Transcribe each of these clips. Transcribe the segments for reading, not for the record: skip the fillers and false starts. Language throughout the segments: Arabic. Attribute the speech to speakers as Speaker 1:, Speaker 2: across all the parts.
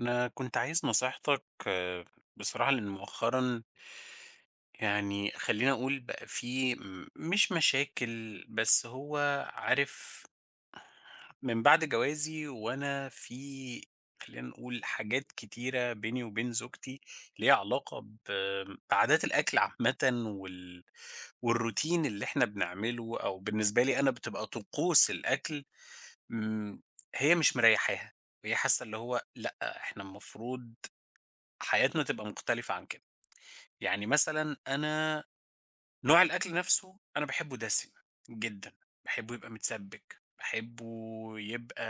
Speaker 1: أنا كنت عايز نصيحتك آه، بصراحة لأن مؤخرا يعني خليني أقول بقى في مش مشاكل بس هو عارف. من بعد جوازي وأنا في، خلينا نقول، حاجات كتيرة بيني وبين زوجتي ليها علاقة بعادات الأكل عامة وال... والروتين اللي احنا بنعمله، أو بالنسبة لي أنا بتبقى طقوس الأكل. م، هي مش مريحاها، وهي حاسة اللي هو لأ، احنا المفروض حياتنا تبقى مختلفة عن كده. يعني مثلًا أنا، نوع الأكل نفسه أنا باحبه دسم جدًا، باحبه يبقى متسبِّك، باحبه يبقى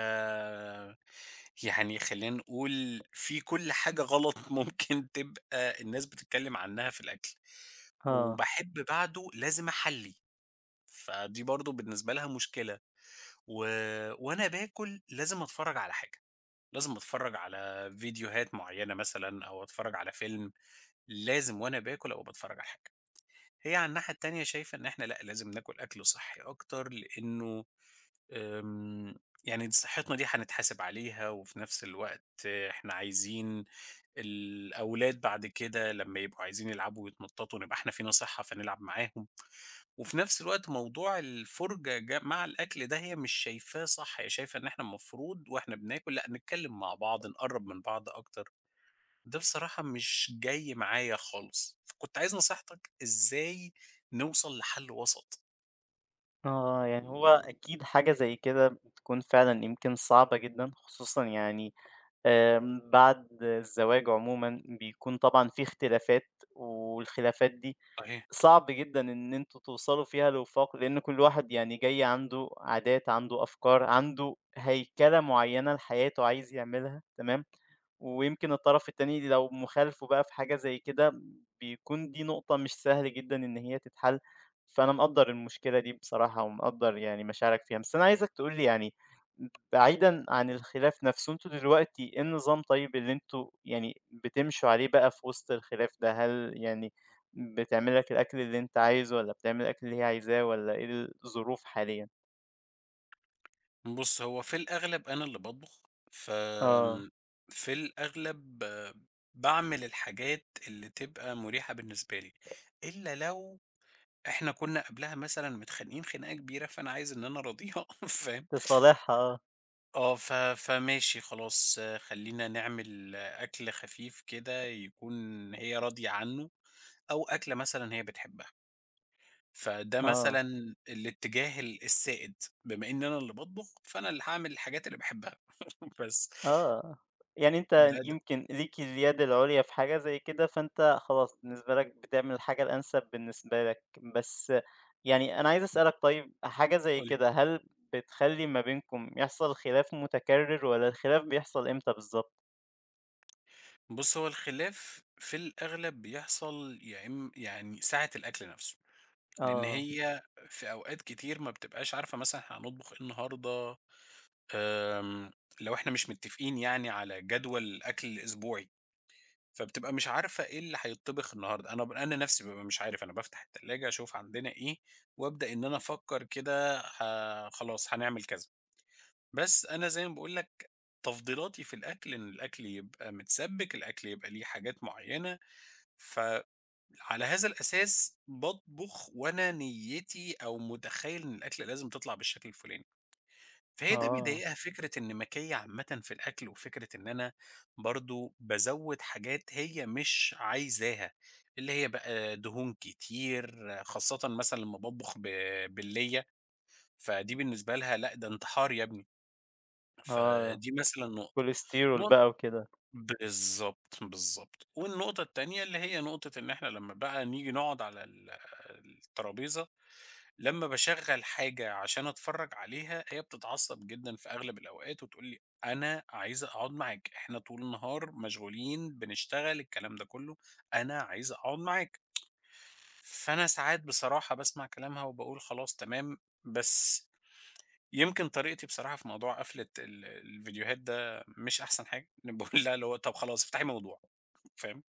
Speaker 1: يعني خلّينا نقول فيه كل حاجة غلط ممكن تبقى الناس بتتكلم عنها في الأكل.
Speaker 2: آه،
Speaker 1: وباحب بعده لازم أحلّي، فدي برضه بالنسبة لها مشكلة. و وأنا باكل لازم أتفرّج على حاجة، لازم أتفرّج على فيديوهات معيّنة مثلًا أو أتفرّج على فيلم. لازم وأنا باكل أبقى باتفرّج على حاجة. هي على الناحية التانية شايفة إن إحنا لأ، لازم ناكل أكل صحّي أكتر لإنه آمم، يعني دي صحتنا دي هنتحاسب عليها، وفي نفس الوقت إحنا عايزين الأولاد بعد كده لمّا يبقوا عايزين يلعبوا ويتنططوا نبقى إحنا فينا صحّة فنلعب معاهم. وفي نفس الوقت موضوع الفُرجة مع الأكل ده هي مش شايفاه صح، هي شايفة إن إحنا المفروض وإحنا بناكل لأ، نتكلّم مع بعض، نقرّب من بعض أكتر. ده بصراحة مش جاي معايا خالص، فكنت عايز نصيحتك إزاي نوصل لحل وسط؟
Speaker 2: يعني هو أكيد حاجة زي كده بتكون فعلًا يمكن صعبة جدًا، خصوصًا يعني بعد الزواج عمومًا بيكون طبعًا في اختلافات، والخلافات دي
Speaker 1: أهي،
Speaker 2: صعب جدًا إن أنتم توصلوا فيها لوفاق، لإن كل واحد يعني جاي عنده عادات، عنده أفكار، عنده هيكلة معيّنة لحياته عايز يعملها تمام، ويمكن الطرف التاني لو مخالفه بقى في حاجة زي كده بيكون دي نقطة مش سهل جدًا إن هي تتحل، فأنا مقدّر المشكلة دي بصراحة ومقدّر يعني مشاعرك فيها، بس أنا عايزك تقول لي يعني بعيدًا عن الخلاف نفسه، أنتم دلوقتي إيه النظام طيب اللي أنتم يعني بتمشوا عليه بقى في وسط الخلاف ده؟ هل يعني بتعمل لك الأكل اللي أنت عايزه والّا بتعمل الأكل اللي هي عايزاه والّا إيه الظروف حاليًا؟
Speaker 1: بُص هو في الأغلب أنا اللي باطبخ،
Speaker 2: آه،
Speaker 1: فآمم، في الأغلب باعمل الحاجات اللي تبقى مريحة بالنسبة لي، إلا لو إحنا كنا قبلها مثلًا متخانقين خناقة كبيرة، فأنا عايز إن أنا أراضيها فاهم؟
Speaker 2: لصالحها آه،
Speaker 1: آه، فماشي خلاص، آه، خلّينا نعمل، آه، أكل خفيف كده يكون هي راضية عنه. أو أكلة مثلًا هي بتحبها، فده
Speaker 2: آه،
Speaker 1: مثلًا الاتجاه السائد، بما إن أنا اللي باطبخ فأنا اللي هاعمل الحاجات اللي باحبها بس
Speaker 2: آه، يعني أنت
Speaker 1: ده د
Speaker 2: يمكن ليك اليد العُليا في حاجة زي كده، فأنت خلاص بالنسبة لك بتعمل الحاجة الأنسب بالنسبة لك، بس يعني أنا عايز أسألك طيب حاجة زي
Speaker 1: قُل لي.
Speaker 2: كده هل بتخلّي ما بينكم يحصل خلاف متكرر والّا الخلاف بيحصل إمتى بالضبط؟
Speaker 1: بُص هو الخلاف في الأغلب بيحصل يا يعني ساعة الأكل نفسه، لإن
Speaker 2: آه،
Speaker 1: هي في أوقات كتير ما بتبقاش عارفة مثلًا إحنا هنطبخ إيه النهارده، آمم، لو إحنا مش متفقين يعني على جدول أكل أسبوعي. فبتبقى مش عارفة إيه اللي هيتطبخ النهارده، أنا نفسي بابقى مش عارف، أنا بافتح التلاجة أشوف عندنا إيه، وأبدأ إن أنا أفكّر كده، خلاص هنعمل كذا. بس أنا زي ما باقول لك، تفضيلاتي في الأكل إن الأكل يبقى متسبِّك، الأكل يبقى ليه حاجات معيّنة، فعلى هذا الأساس باطبخ وأنا نيّتي أو متخيّل إن الأكلة لازم تطلع بالشكل الفلاني. فهي ده
Speaker 2: آه،
Speaker 1: بيضايقها فكرة النمكية عامةً في الأكل، وفكرة إن أنا برضه بازوّد حاجات هي مش عايزاها، اللي هي بقى دهون كتير، خاصةً مثلًا لمّا باطبخ بالليّة، فدي بالنسبة لها لأ، ده انتحار يا ابني،
Speaker 2: آه،
Speaker 1: فدي مثلًا نقطة.
Speaker 2: كوليسترول
Speaker 1: نق
Speaker 2: بقى وكده.
Speaker 1: بالضبط، بالضبط. والنقطة التانية اللي هي نقطة إن إحنا لمّا بقى نيجي نقعد على الترابيزة، لمّا باشغّل حاجة عشان أتفرّج عليها، هي بتتعصّب جدًا في أغلب الأوقات وتقول لي: "أنا عايزة أقعد معاك، إحنا طول النهار مشغولين بنشتغل الكلام ده كلّه، أنا عايزة أقعد معاك." فأنا ساعات بصراحة باسمع كلامها وباقول خلاص تمام، بس يمكن طريقتي بصراحة في موضوع قفلة الفيديوهات ده مش أحسن حاجة، أنا باقول لها اللي هو طَب خلاص افتحي موضوع، فاهم؟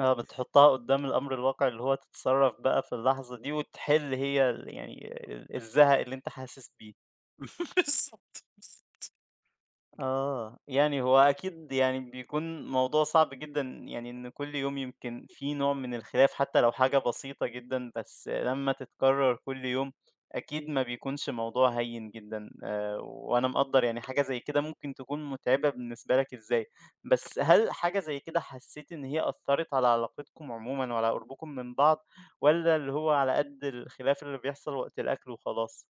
Speaker 2: آه، بتحطها قدّام الأمر الواقع، اللي هو تتصرّف بقى في اللحظة دي وتحل هي ال يعني ال الزهق اللي أنت حاسس بيه.
Speaker 1: بالضبط، بالضبط.
Speaker 2: آه، يعني هو أكيد يعني بيكون موضوع صعب جدًا، يعني إن كل يوم يمكن في نوع من الخلاف حتى لو حاجة بسيطة جدًا، بس لمّا تتكرر كل يوم أكيد ما بيكونش موضوع هين جدًا، وأنا مقدّر يعني حاجة زي كده ممكن تكون متعبة بالنسبة لك إزاي، بس هل حاجة زي كده حسيت إن هي أثّرت على علاقتكم عمومًا وعلى قربكم من بعض، والّا اللي هو على قد الخلاف اللي بيحصل وقت الأكل وخلاص؟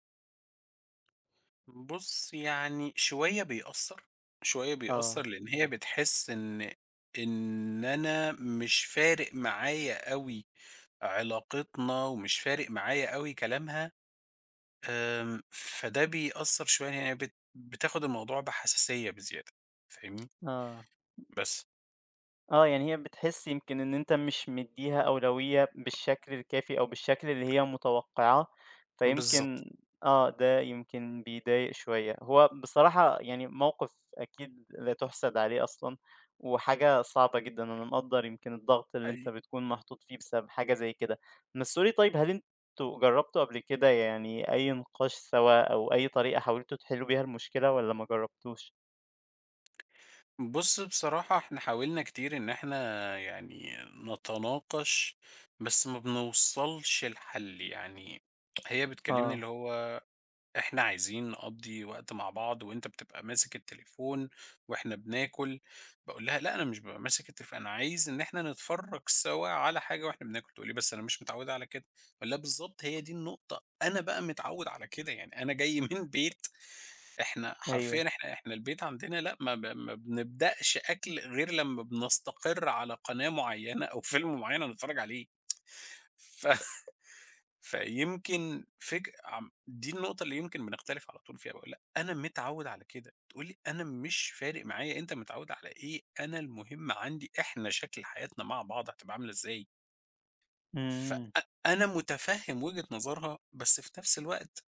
Speaker 1: بُص، يعني شوية بيأثّر، شوية
Speaker 2: آه،
Speaker 1: بيأثّر لإن هي بتحس إن أنا مش فارق معايا أوي علاقتنا ومش فارق معايا أوي كلامها، آمم، فده بيأثّر شوية إن هي بتاخد الموضوع بحساسية بزيادة، فاهمني؟
Speaker 2: آه.
Speaker 1: بس.
Speaker 2: آه، يعني هي بتحس يمكن إن أنت مش مدّيها أولوية بالشكل الكافي أو بالشكل اللي هي متوقعاه،
Speaker 1: بالضبط،
Speaker 2: فيمكن آه، ده يمكن بيضايق شوية. هو بصراحة يعني موقف أكيد لا تُحسَد عليه أصلًا، وحاجة صعبة جدًا، أنا مقدّر يمكن الضغط اللي
Speaker 1: حقيقي.
Speaker 2: أنت بتكون محطوط فيه بسبب حاجة زي كده. بس قُل لي طيب هل أنتم جرّبتوا قبل كده يعني أي نقاش سوا أو أي طريقة حاولتوا تحلّوا بيها المشكلة والّا ما جرّبتوش؟
Speaker 1: بُص، بصراحة إحنا حاولنا كتير إن إحنا يعني نتناقش، بس ما بنوصلش لحل، يعني هي بتكلمني
Speaker 2: آه،
Speaker 1: اللي هو إحنا عايزين نقضّي وقت مع بعض وأنت بتبقى ماسك التليفون وإحنا بناكل. باقول لها: "لأ أنا مش بابقى ماسك التليفون، أنا عايز إن إحنا نتفرّج سوا على حاجة وإحنا بناكل." تقول لي: "بس أنا مش متعودة على كده." أقول لها: "بالضبط هي دي النقطة، أنا بقى متعود على كده، يعني أنا جاي من بيت، إحنا
Speaker 2: أيوه،
Speaker 1: حرفيًا إحنا البيت عندنا لأ، ما بنبدأش أكل غير لمّا بنستقر على قناة معيّنة أو فيلم معيّن هنتفرّج عليه." ف فيمكن فج عم دي النقطة اللي يمكن بنختلف على طول فيها، باقول لأ أنا متعوّد على كده، تقول لي أنا مش فارق معايا أنت متعوّد على إيه، أنا المهم عندي إحنا شكل حياتنا مع بعض هتبقى عاملة إزاي. فأ
Speaker 2: إمم.
Speaker 1: أنا مُتفهِّم وجهة نظرها، بس في نفس الوقت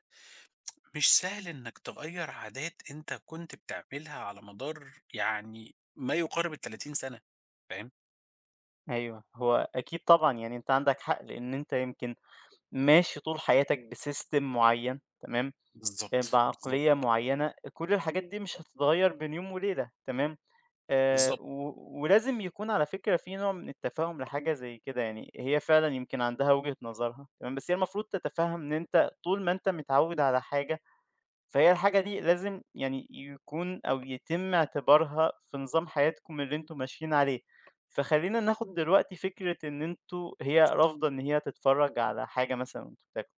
Speaker 1: مش سهل إنك تغيّر عادات أنت كنت بتعملها على مدار يعني ما يقارب ال30 سنة، فاهم؟
Speaker 2: أيوه، هو أكيد طبعًا، يعني أنت عندك حق، لإن أنت يمكن ماشي طول حياتك بsystem معيّن تمام،
Speaker 1: بالضبط، بالضبط،
Speaker 2: بعقلية معيّنة، كل الحاجات دي مش هتتغيّر بين يوم وليلة تمام،
Speaker 1: بالضبط.
Speaker 2: و ولازم يكون على فكرة في نوع من التفهُّم لحاجة زي كده، يعني هي فعلًا يمكن عندها وجهة نظرها تمام، بس هي المفروض تتفهّم إن أنت طول ما أنت متعوّد على حاجة فهي الحاجة دي لازم يعني يكون أو يتم اعتبارها في نظام حياتكم اللي انتوا ماشيين عليه. فخلينا ناخد دلوقتي فكرة ان انتوا هي رافضة ان هي تتفرج على حاجة مثلا وانتوا بتاكلوا،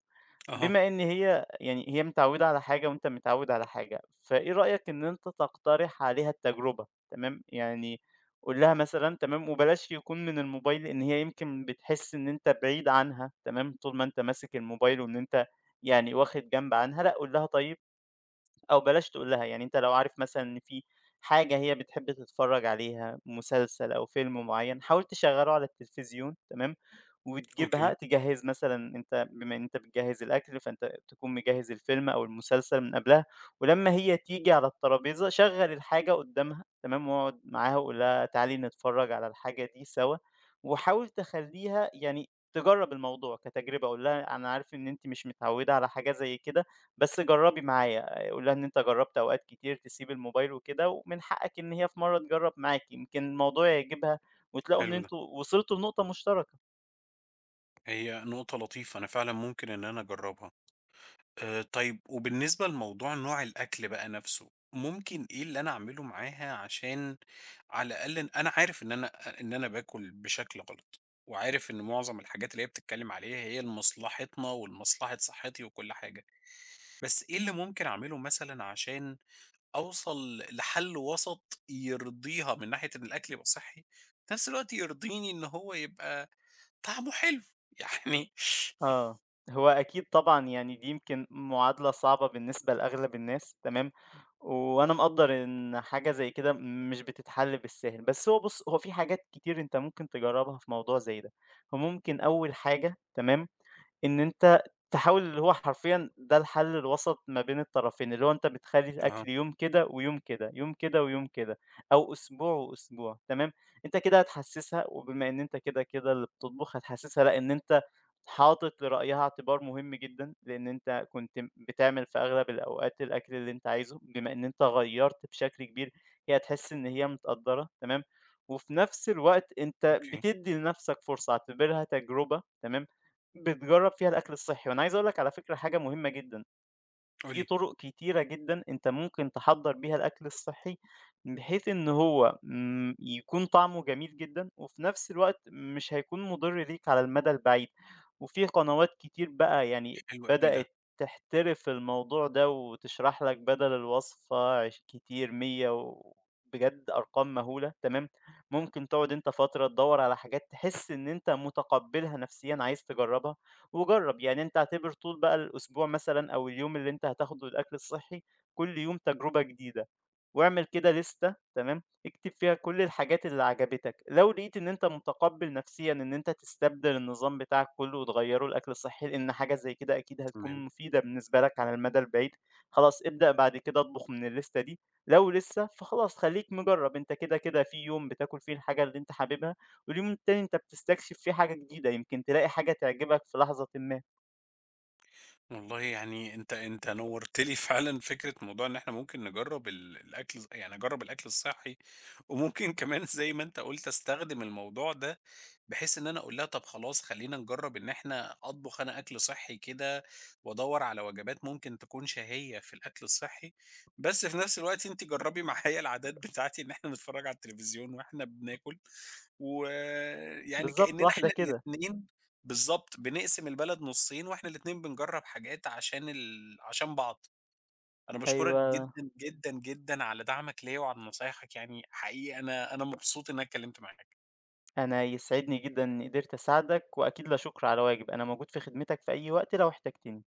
Speaker 1: أها،
Speaker 2: بما ان هي يعني هي متعودة على حاجة وانت متعود على حاجة، فايه رأيك ان انت تقترح عليها التجربة تمام؟ يعني قول لها مثلا تمام وبلاش يكون من الموبايل، لان هي يمكن بتحس ان انت بعيد عنها تمام طول ما انت ماسك الموبايل، وان انت يعني واخد جنب عنها. لا قول لها طيب، أو بلاش تقول لها، يعني أنت لو عارف مثلًا إن في حاجة هي بتحب تتفرّج عليها، مسلسل أو فيلم معيّن، حاول تشغّله على التلفزيون تمام، وتجيبها
Speaker 1: أوكي،
Speaker 2: تجهّز مثلًا، أنت بما إن أنت بتجهّز الأكل، فأنت تكون مجهّز الفيلم أو المسلسل من قبلها، ولمّا هي تيجي على الترابيزة شغّل الحاجة قدّامها تمام، واقعد معاها وقُل لها تعالي نتفرّج على الحاجة دي سوا، وحاول تخلّيها يعني تجرّب الموضوع كتجربة، قُل لها أنا عارف إن أنتِ مش متعوّدة على حاجة زي كده، بس جرّبي معايا. قُل لها إن أنت جرّبت أوقات كتير تسيب الموبايل وكده، ومن حقك إن هي في مرّة تجرّب معاك، يمكن الموضوع يعجبها وتلاقوا إن
Speaker 1: حلو ده،
Speaker 2: أنتم وصلتوا لنقطة مشتركة.
Speaker 1: هي نقطة لطيفة، أنا فعلًا ممكن إن أنا أجرّبها. طيب وبالنسبة لموضوع نوع الأكل بقى نَفْسه، ممكن إيه اللي أنا أعمله معاها عشان على الأقل إن أنا عارف إن أنا أ إن أنا باكُل بشكل غلط، وعارف إن معظم الحاجات اللي هي بتتكلّم عليها هي لمصلحتنا ولمصلحة صحّتي وكل حاجة، بس إيه اللي ممكن أعمله مثلًا عشان أوصل لحَل وسَط يرضيها من ناحية إن الأكل يبقى صحّي، في نَفْس الوقت يرضيني إن هو يبقى طعمه حلو يعني
Speaker 2: آه، هو أكيد طبعًا يعني دي يمكن معادلة صعبة بالنسبة لأغلب الناس، تمام، وأنا مقدّر إن حاجة زي كده مش بتتحل بالساهل، بس هو بُص، هو في حاجات كتير أنت ممكن تجرّبها في موضوع زي ده، فممكن أول حاجة تمام إن أنت تحاول اللي هو حرفيًا ده الحل الوسط ما بين الطرفين، اللي هو أنت بتخلّي
Speaker 1: آه،
Speaker 2: الأكل يوم كده ويوم كده، يوم كده ويوم كده، أو أسبوع وأسبوع، تمام، أنت كده هتحسّسها وبما إن أنت كده اللي بتطبخ هتحسّسها لأ إن أنت حاطط لرأيها اعتبار مهم جدًا، لإن أنت كنت بتعمل في أغلب الأوقات الأكل اللي أنت عايزه، بما إن أنت غيّرت بشكل كبير، هي هتحس إن هي متقدّرة، تمام، وفي نفس الوقت أنت
Speaker 1: أوكي،
Speaker 2: بتدّي لنفسك فرصة، اعتبرها تجربة، تمام، بتجرّب فيها الأكل الصحّي، وأنا عايز أقول لك على فكرة حاجة مهمة جدًا،
Speaker 1: قُل
Speaker 2: في
Speaker 1: لي،
Speaker 2: طرق كتيرة جدًا أنت ممكن تحضّر بيها الأكل الصحّي، بحيث إن هو يكون طعمه جميل جدًا، وفي نفس الوقت مش هيكون مُضِر ليك على المدى البعيد، وفي قنوات كتير بقى يعني
Speaker 1: حلو أوي ده،
Speaker 2: بدأت تحترف الموضوع ده، وتشرح لك بدل الوصفة عش كتير 100 و بجد أرقام مهولة، تمام، ممكن تقعد أنت فترة تدوّر على حاجات تحس إن أنت متقبّلها نفسيًا عايز تجرّبها. وجرّب، يعني أنت اعتبر طول بقى الأسبوع مثلًا أو اليوم اللي أنت هتاخده للأكل الصحّي كل يوم تجربة جديدة، واعمل كده لِستة تمام، اكتب فيها كل الحاجات اللي عجبتك، لو لقيت إن أنت متقبّل نفسيًا إن أنت تستبدل النظام بتاعك كلّه وتغيّره لأكل صحّي، لإن حاجة زي كده أكيد
Speaker 1: تمام.
Speaker 2: هتكون مفيدة بالنسبة لك على المدى البعيد، خلاص ابدأ بعد كده اطبخ من اللِستة دي، لو لسه فخلاص خلّيك مجرّب، أنت كده في يوم بتاكل فيه الحاجة اللي أنت حاببها واليوم التاني أنت بتستكشف فيه حاجة جديدة، يمكن تلاقي حاجة تعجبك في لحظةٍ ما.
Speaker 1: والله يعني أنت نوّرت لي فعلًا فكرة موضوع إن إحنا ممكن نجرّب الأكل يعني أجرّب الأكل الصحّي، وممكن كمان زي ما أنت قُلت أستخدم الموضوع ده، بحيث إن أنا أقول لها طب خلاص خلّينا نجرّب إن إحنا أطبخ أنا أكل صحّي كده، وأدوّر على وجبات ممكن تكون شهية في الأكل الصحّي، بس في نفس الوقت أنتِ جرّبي معايا العادات بتاعتي إن إحنا نتفرّج على التلفزيون وإحنا بناكل، ويعني
Speaker 2: بالضبط،
Speaker 1: كإننا إحنا
Speaker 2: واحدة كده.
Speaker 1: الاتنين بالضبط، بنقسم البلد نُصّين وإحنا الاتنين بنجرّب حاجات عشان عشان بعض. أنا باشكرك
Speaker 2: أيوه،
Speaker 1: جدًا، جدًا، جدًا على دعمك ليّا وعلى نصايحك يعني، حقيقي أنا مبسوط إن أنا اتكلمت معاك.
Speaker 2: أنا يسعدني جدًا إني قدرت أساعدك، وأكيد لا شكر على واجب، أنا موجود في خدمتك في أي وقت لو احتجتني.